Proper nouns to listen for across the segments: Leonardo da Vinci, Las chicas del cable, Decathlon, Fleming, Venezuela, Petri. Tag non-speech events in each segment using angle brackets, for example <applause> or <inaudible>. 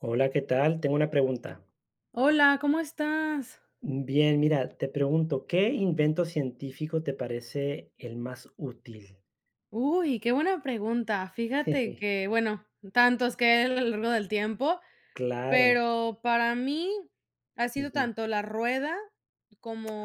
Hola, ¿qué tal? Tengo una pregunta. Hola, ¿cómo estás? Bien, mira, te pregunto, ¿qué invento científico te parece el más útil? <laughs> Uy, qué buena pregunta. Fíjate Jeje, que, bueno, tantos que hay a lo largo del tiempo, claro. pero para mí ha sido Ujú. tanto la rueda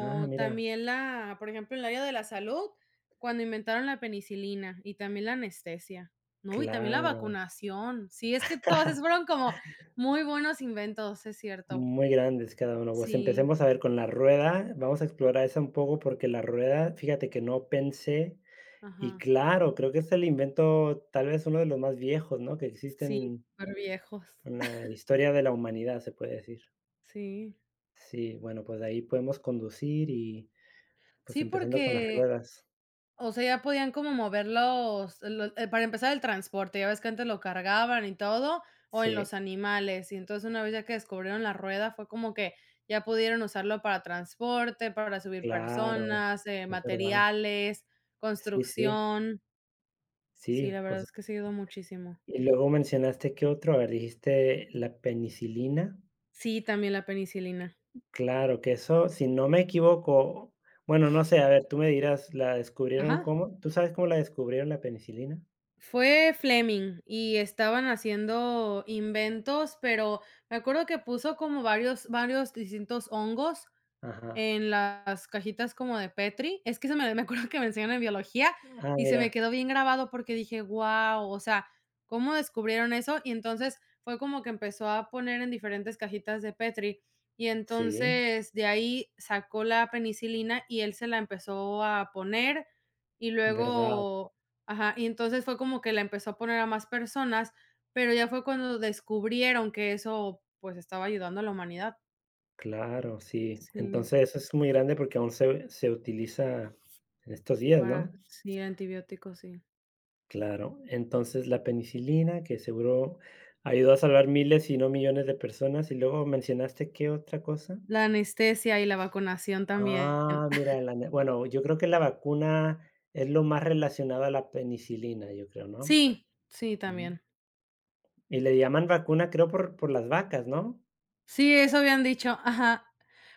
Ah, mira, también la, por ejemplo, en el área de la salud, cuando inventaron la penicilina y también la anestesia, ¿no? Y también la claro. vacunación. Sí, es que todos esos <laughs> fueron como muy buenos inventos, es cierto. Muy grandes cada uno. Pues Sí, empecemos a ver con la rueda. Vamos a explorar esa un poco porque la rueda, fíjate que no pensé. Y ajá. claro, creo que es el invento, tal vez uno de los más viejos, ¿no? Que Sí, existen súper viejos. en la historia de la humanidad, se puede decir. Sí. Sí, bueno, pues de ahí podemos conducir y... Pues Sí, empezando con las porque ruedas. o sea, ya podían como mover los para empezar, el transporte, ya ves que antes lo cargaban y todo, o en Sí, los animales, y entonces una vez ya que descubrieron la rueda, fue como que ya pudieron usarlo para transporte, para subir claro, personas, es verdad. materiales, Sí, sí, construcción. Sí, sí, la verdad por su. es que sí ayudó muchísimo. Y luego mencionaste, ¿qué otro? A ver, dijiste la penicilina. Sí, también la penicilina. Claro, que eso, si no me equivoco, bueno, no sé, a ver, tú me dirás, ¿la descubrieron Ajá. cómo? ¿Tú sabes cómo la descubrieron la penicilina? Fue Fleming y estaban haciendo inventos, pero me acuerdo que puso como varios varios distintos hongos Ajá. en las cajitas como de Petri, es que se me <laughs> me acuerdo que me enseñaron en biología Ah, y se me mira. quedó bien grabado porque dije: "Guau", o sea, ¿cómo descubrieron eso? Y entonces fue como que empezó a poner en diferentes cajitas de Petri, y Sí, entonces de ahí sacó la penicilina y él se la empezó a poner, y verdad. luego ajá, y entonces fue como que la empezó a poner a más personas, pero ya fue cuando descubrieron que eso, pues, estaba ayudando a la humanidad. Claro, sí. Sí. Entonces, eso es muy grande porque aún se utiliza en estos días, Para ¿no? sí, antibióticos, sí. Claro, entonces la penicilina, que seguro ayudó a salvar miles, si no millones de personas, y luego mencionaste, ¿qué otra cosa? La anestesia y la vacunación también. Ah, <laughs> mira, la ne bueno, yo creo que la vacuna es lo más relacionado a la penicilina, yo creo, ¿no? Sí, sí, Mm. también. Y le llaman vacuna, creo, por las vacas, ¿no? Sí, eso habían dicho, ajá.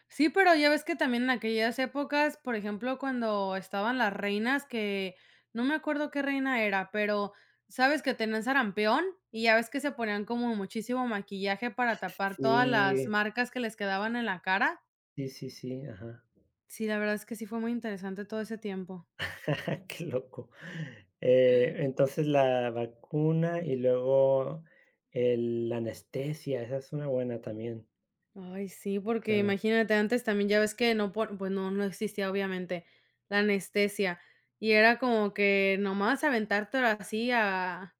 Sí, pero ya ves que también en aquellas épocas, por ejemplo, cuando estaban las reinas que no me acuerdo qué reina era, pero sabes que tenían sarampión y ya ves que se ponían como muchísimo maquillaje para tapar todas las Sí, marcas que les quedaban en la cara. sí, sí, sí, ajá. Sí, la verdad es que sí fue muy interesante todo ese tiempo. <laughs> Qué loco. Entonces la vacuna y luego el la anestesia, esa es una buena también, Ay, sí, porque claro. imagínate, antes también ya ves que no, pues no, no existía obviamente la anestesia y era como que nomás aventártelo así a,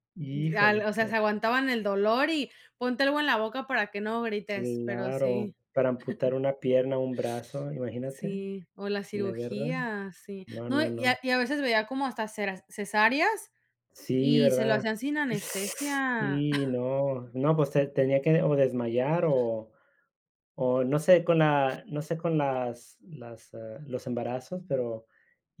al- Híjole, o sea, se aguantaban el dolor y ponte algo en la boca para que no grites, pero claro, sí, para amputar una pierna, un brazo, imagínate, sí, en o la la guerra. cirugía, sí. No, No, no, y a, no. y a veces veía como hasta cesáreas Sí, y se lo ¿verdad? hacían sin anestesia. Y <laughs> no, no, pues, te tenía que o desmayar o no sé con la no sé con las, los embarazos, pero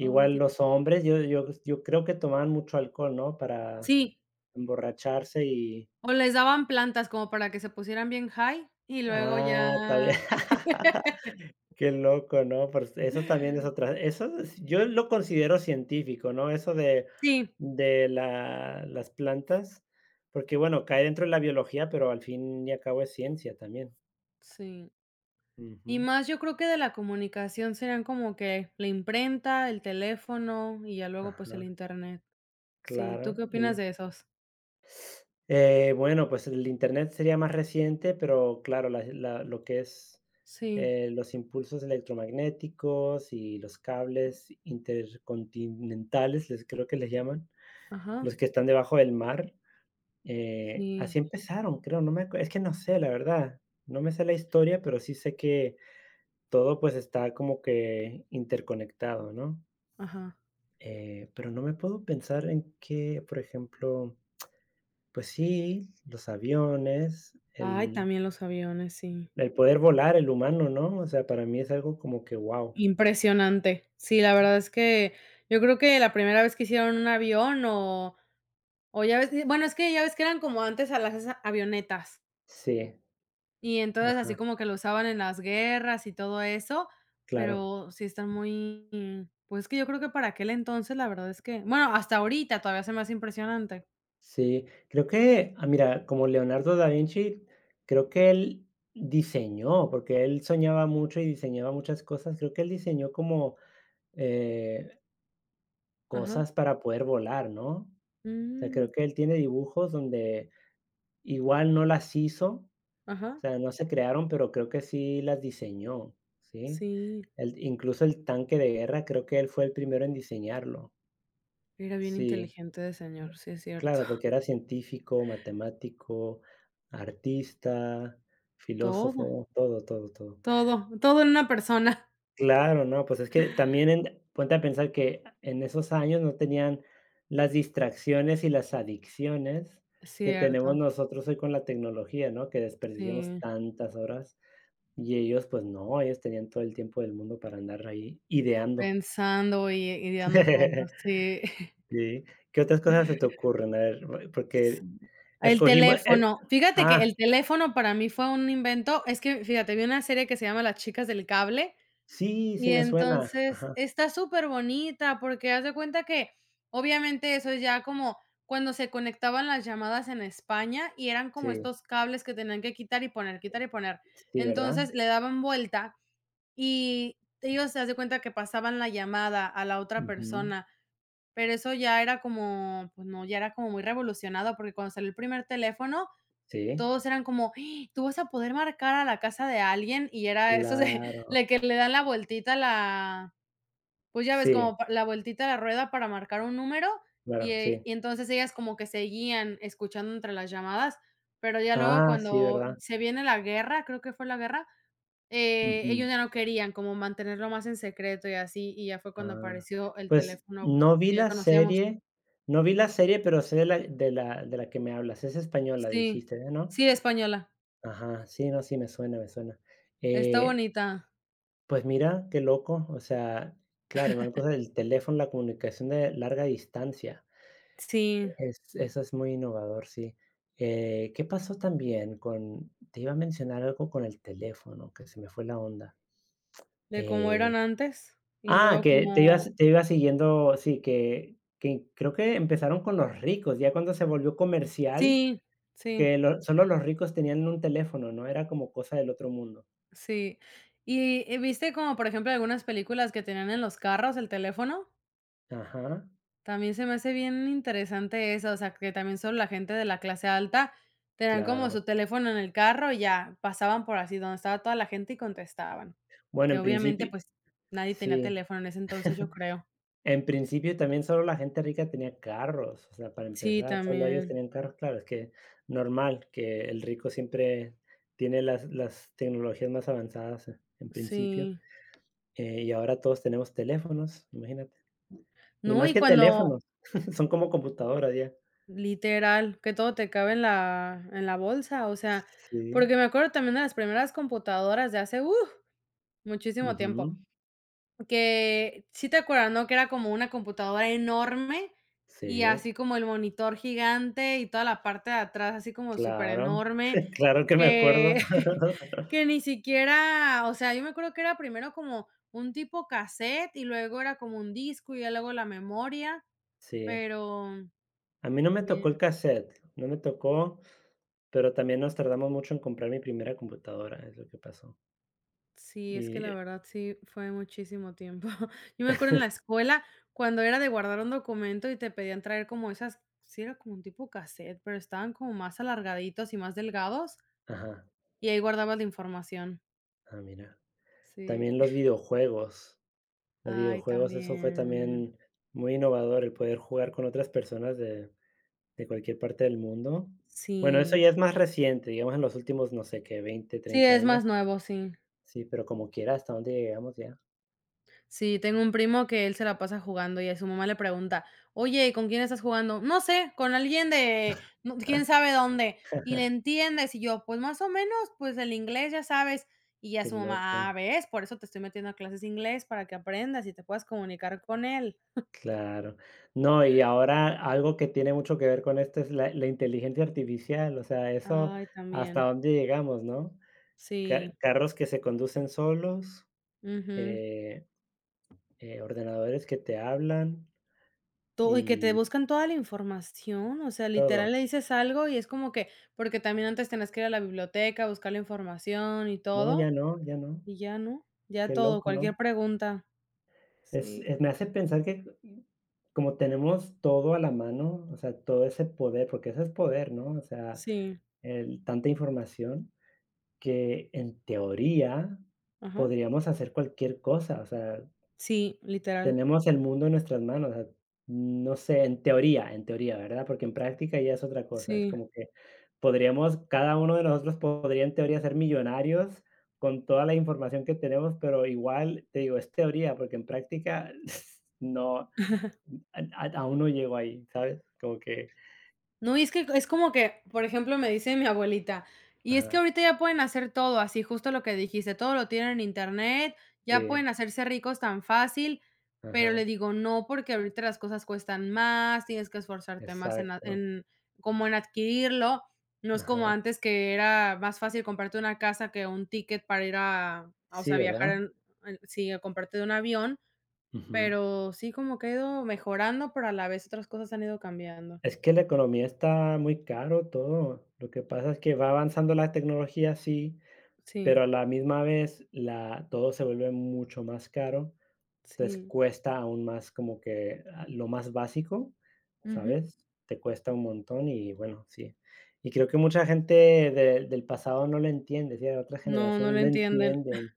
Ay, Dios. los hombres, yo creo que tomaban mucho alcohol, ¿no? Para Sí, emborracharse y o les daban plantas como para que se pusieran bien high y luego ah, está ya. bien. <laughs> Qué loco, ¿no? Pero eso también es <laughs> otra eso es yo lo considero científico, ¿no? Eso Sí, de la las plantas, porque, bueno, cae dentro de la biología, pero al fin y al cabo es ciencia también. sí. Y Ujú. más yo creo que de la comunicación serían como que la imprenta, el teléfono y ya luego, pues, Ajá, el Internet. Sí, ¿tú claro. qué opinas El de esos? Bueno, pues el Internet sería más reciente, pero claro, la lo que es, Sí, los impulsos electromagnéticos y los cables intercontinentales, les creo que les llaman, ajá, los que están debajo del mar. Sí, Así empezaron, creo, no me acue es que no sé, la verdad, no me sé la historia, pero sí sé que todo, pues, está como que interconectado, ¿no? ajá. Pero no me puedo pensar en que, por ejemplo, pues sí, los aviones, Ay, también los aviones, sí. el poder volar, el humano, ¿no? O sea, para mí es algo como que, ¡wow! Impresionante. Sí, la verdad es que yo creo que la primera vez que hicieron un avión o ya ves, bueno, es que ya ves que eran como antes a las esas avionetas. Sí, Y entonces, ajá, así como que lo usaban en las guerras y todo eso, claro. pero sí están muy pues, que yo creo que para aquel entonces, la verdad es que, bueno, hasta ahorita todavía se me hace impresionante. Sí, creo que, ah, mira, como Leonardo da Vinci, creo que él diseñó, porque él soñaba mucho y diseñaba muchas cosas, creo que él diseñó como eh, Ajá. cosas para poder volar, ¿no? O sea, Mm, creo que él tiene dibujos donde igual no las hizo, o ajá. sea, no se crearon, pero creo que sí las diseñó, ¿sí? Sí, Incluso el tanque de guerra, creo que él fue el primero en diseñarlo, era bien sí. inteligente de señor, sí es cierto. Claro, <laughs> porque era científico, matemático, artista, Todo, filósofo, todo, todo, todo. todo, todo en una persona. Claro, no, pues es que también en ponte a pensar que en esos años no tenían las distracciones y las adicciones que tenemos Cierto, nosotros hoy con la tecnología, ¿no? Que desperdiciamos sí, tantas horas y ellos, pues no, ellos tenían todo el tiempo del mundo para andar ahí ideando. pensando y dando cosas, sí. <laughs> <laughs> Sí, ¿qué otras cosas se te ocurren? A ver, Sí. porque El escogimos, eh, teléfono. Fíjate que ah. el teléfono para mí fue un invento, es que, fíjate, vi una serie que se llama Las chicas del cable, Sí, sí y me suena. entonces Ajá. está súper bonita porque haz de cuenta que, obviamente, eso es ya como cuando se conectaban las llamadas en España, y eran como Sí, estos cables que tenían que quitar y poner, quitar y poner. sí, ¿verdad? Entonces, le daban vuelta, y ellos, haz de cuenta que pasaban la llamada a la otra Ujú. persona. Pero eso ya era como, pues no, ya era como muy revolucionado, porque cuando salió el primer teléfono, Sí, todos eran como: "Ah, tú vas a poder marcar a la casa de alguien", y era eso de <laughs> claro. de que le dan la vueltita a la pues ya ves, Sí, como pa la vueltita a la rueda para marcar un número, claro, sí. y entonces ellas como que seguían escuchando entre las llamadas, pero ya luego Ah, sí, cuando ¿verdad? se viene la guerra, creo que fue la guerra, ellos Ujú. ya no querían como mantenerlo más en secreto y así, y ya fue cuando Ah, apareció el pues teléfono no vi que ya la conocemos. serie, no vi la serie, pero sé de la que me hablas. Es española, Sí, dijiste, ¿eh? ¿No? sí, española, Ajá, sí, no, sí, me suena, me suena. está Eh, bonita. pues mira, qué loco, o sea, claro, una cosa del teléfono, la comunicación de larga distancia. Sí, Es eso es muy innovador, sí. ¿Qué pasó también con? Te iba a mencionar algo con el teléfono, que se me fue la onda. de cómo Eh, eran antes y ah, luego que como te iba siguiendo, sí, que creo que empezaron con los ricos, ya cuando se volvió comercial, sí, sí, que lo solo los ricos tenían un teléfono, no era como cosa del otro mundo. sí. ¿Y viste como, por ejemplo, algunas películas que tenían en los carros el teléfono? Ajá, También se me hace bien interesante eso, o sea, que también solo la gente de la clase alta tenían como claro. su teléfono en el carro y ya pasaban por así donde estaba toda la gente y contestaban, Bueno, que en obviamente, principio pues, nadie tenía sí. teléfono en ese entonces, yo creo. En principio, también solo la gente rica tenía carros, o sea, para Sí, empezar, solo ellos también, tenían carros. Claro, es que normal que el rico siempre tiene las tecnologías más avanzadas, en principio, sí. Y ahora todos tenemos teléfonos, imagínate. Y No, más y que cuando teléfonos, <laughs> son como computadoras ya. literal, que todo te cabe en la bolsa, o sea, Sí, porque me acuerdo también de las primeras computadoras de hace, muchísimo ujú, tiempo, que sí te acuerdas, ¿no?, que era como una computadora enorme y sí, así como el monitor gigante y toda la parte de atrás así como súper claro, enorme <laughs> claro que me acuerdo. que <laughs> que <laughs> ni siquiera, o sea, yo me acuerdo que era primero como un tipo cassette y luego era como un disco y ya luego la memoria, Sí, pero a mí no me tocó el bien. cassette no me tocó, pero también nos tardamos mucho en comprar mi primera computadora, es lo que pasó. Sí, es Y que la verdad sí fue muchísimo tiempo. <laughs> Yo me acuerdo en la escuela cuando era de guardar un documento y te pedían traer como esas, sí era como un tipo cassette, pero estaban como más alargaditos y más delgados ajá, y ahí guardabas la información. ah, mira. Sí. También los videojuegos. Los Ay, videojuegos, eso fue también. también muy innovador, el poder jugar con otras personas de cualquier parte del mundo. Bueno, eso Sí. ya es más reciente, digamos, en los últimos, no sé qué, 20 Sí, 30 es años. más nuevo, sí. Sí, pero como quiera, ¿hasta dónde llegamos ya? Sí, tengo un primo que él se la pasa jugando y a su mamá le pregunta, oye, ¿y con quién estás jugando? No sé, con alguien de quién sabe dónde. Y le entiendes, y yo, pues más o menos, pues el inglés ya sabes. Y ya Qué su mamá, ah, loco. ves, por eso te estoy metiendo a clases de inglés para que aprendas y te puedas comunicar con él. Claro. No, y ahora algo que tiene mucho que ver con esto es la inteligencia artificial, o sea, eso, Ay, ¿hasta también. dónde llegamos, no? Sí. Ca Carros que se conducen solos, Ujú. eh. Ordenadores que te hablan Todo, y que te y buscan toda la información, o sea, todo. literal le dices algo y es como que, porque también antes tenías que ir a la biblioteca, buscar la información y No, todo. ya no, ya no. Y ya, ¿no? Ya Qué todo, loco, ¿no? cualquier pregunta. Es Sí, es me hace pensar que mm, como tenemos todo a la mano, o sea, todo ese poder, porque eso es poder, ¿no? O sea, sí, el tanta información que en teoría ajá. podríamos hacer cualquier cosa, o sea, Sí, literal. tenemos el mundo en nuestras manos, o sea, no sé, en teoría, ¿verdad? Porque en práctica ya es otra cosa, es Sí. como que podríamos, cada uno de nosotros podría en teoría ser millonarios con toda la información que tenemos, pero igual, te digo, es teoría, porque en práctica <laughs> no, a aún no llego ahí, ¿sabes? Como que No, y es que es como que, por ejemplo, me dice mi abuelita, y es que ajá, ahorita ya pueden hacer todo así, justo lo que dijiste, todo lo tienen en internet, ya sí, pueden hacerse ricos tan fácil, pero le ajá, digo, no, porque ahorita las cosas cuestan más, tienes que esforzarte más en, a- exacto, en como en adquirirlo. No es como ajá. antes que era más fácil comprarte una casa que un ticket para ir a, o sea, Sí, viajar, ¿verdad? Sí, a comprarte de un avión, Ujú. pero sí como que ha ido mejorando, pero a la vez otras cosas han ido cambiando. Es que la economía está muy caro todo, lo que pasa es que va avanzando la tecnología, sí. Sí. Pero a la misma vez, la todo se vuelve mucho más caro, entonces Sí, cuesta aún más como que, ah, lo más básico, ujú. ¿sabes? Te cuesta un montón y bueno, sí. Y creo que mucha gente de del pasado no lo entiende, sí, de otras No, no generaciones lo no entienden. entienden.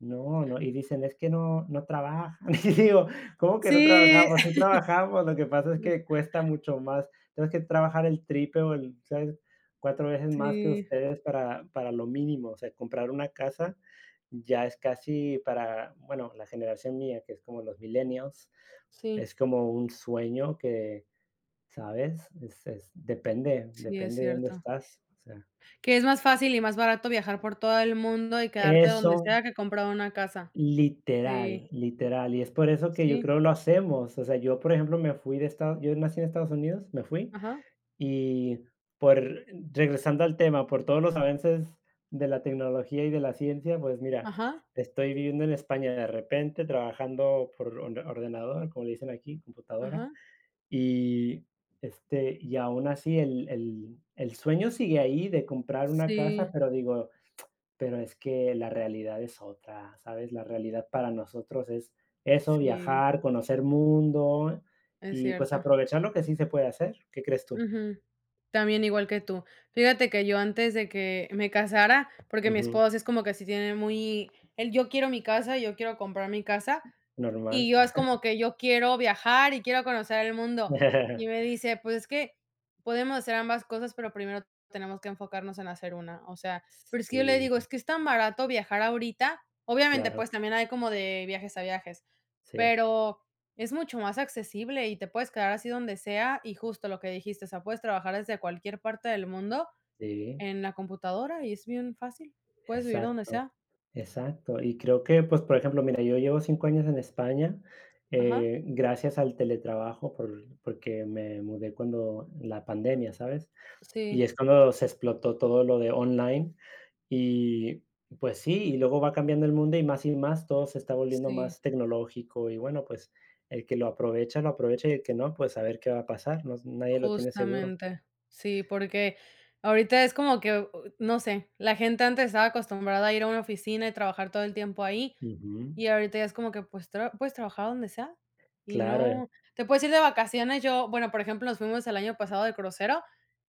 No, no, y dicen: "Es que no no trabajan". <laughs> Y digo: "¿Cómo que no Sí, trabajamos? Sí trabajamos, lo que pasa es que <laughs> cuesta mucho más. Tenemos que trabajar el triple o el, ¿sabes? Cuatro veces más que sí, ustedes para lo mínimo". O sea, comprar una casa ya es casi para, bueno, la generación mía, que es como los millennials, sí, es como un sueño que, ¿sabes? Es depende, sí, es depende de dónde cierto. estás, o sea. Que es más fácil y más barato viajar por todo el mundo y quedarte donde Eso sea que comprar una casa. Sí, literal, literal. Y es por eso que yo sí, creo lo hacemos. O sea, yo, por ejemplo, me fui de Estados yo nací en Estados Unidos, me fui, ajá, y por regresando al tema, por todos los avances de la tecnología y de la ciencia, pues mira, ajá, estoy viviendo en España de repente, trabajando por ordenador, como le dicen aquí, computadora, ajá. y, este, y aún así el sueño sigue ahí de comprar una casa, Sí, pero digo, pero es que la realidad es otra, ¿sabes? La realidad para nosotros es eso, sí, viajar, conocer mundo es y, pues, cierto. aprovechar lo que sí se puede hacer, ¿qué crees tú? Ujú. También igual que tú. Fíjate que yo antes de que me casara, porque mi Ujú, esposo sí es como que sí tiene muy él: "Yo quiero mi casa, yo quiero comprar mi casa", normal. y yo es como que yo quiero viajar y quiero conocer el mundo. Y me <laughs> dice: "Pues es que podemos hacer ambas cosas, pero primero tenemos que enfocarnos en hacer una". O sea, pero es que yo le digo: Sí, "Es que es tan barato viajar ahorita". Obviamente, claro, pues también hay como de viajes a viajes, sí, pero es mucho más accesible y te puedes quedar así donde sea y justo lo que dijiste, o sea, puedes trabajar desde cualquier parte del mundo sí, en la computadora y es bien fácil. Puedes vivir donde exacto, sea. exacto. Y creo que, pues, por ejemplo, mira, yo llevo 5 años en España, Ajá. Gracias al teletrabajo, porque me mudé cuando la pandemia, ¿sabes? Y Sí, es cuando se explotó todo lo de online. Y pues sí, y luego va cambiando el mundo y más todo se está volviendo sí. más tecnológico y bueno, pues el que lo aprovecha y el que no, pues a ver qué va a pasar, no nadie lo tiene seguro. Justamente. Sí, porque ahorita es como que, no sé, la gente antes estaba acostumbrada a ir a una oficina y trabajar todo el tiempo ahí, Ujú. y ahorita ya es como que, pues, tra puedes trabajar donde sea, y Claro, no te puedes ir de vacaciones. Yo, bueno, por ejemplo, nos fuimos el año pasado de crucero,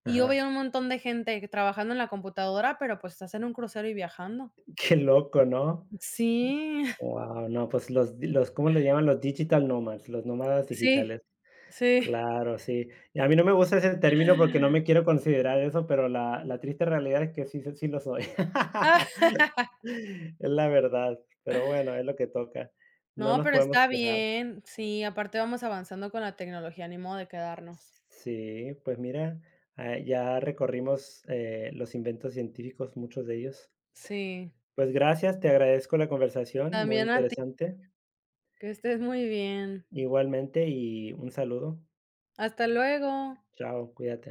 y yo ajá. veía un montón de gente que trabajando en la computadora, pero, pues, estás en un crucero y viajando. <laughs> Qué loco, ¿no? Sí, <laughs> Wow no, pues los los, ¿cómo le llaman? Los digital nomads, los nómadas sí, digitales. sí. Claro, sí. Y a mí no me gusta ese término porque no <laughs> me quiero considerar eso, pero la la triste realidad es que sí sí sí lo soy. Ah. <laughs> <laughs> Es la verdad, pero bueno, es lo que toca. No No, nos pero podemos está quejar. bien. Sí, aparte vamos avanzando con la tecnología, ni modo de quedarnos. Sí, pues mira, ah, ya recorrimos, los inventos científicos, muchos de ellos. Sí, Pues gracias, te agradezco la conversación, muy también a ti, interesante. que estés muy bien. Igualmente, y un saludo. Hasta luego. Chao, cuídate.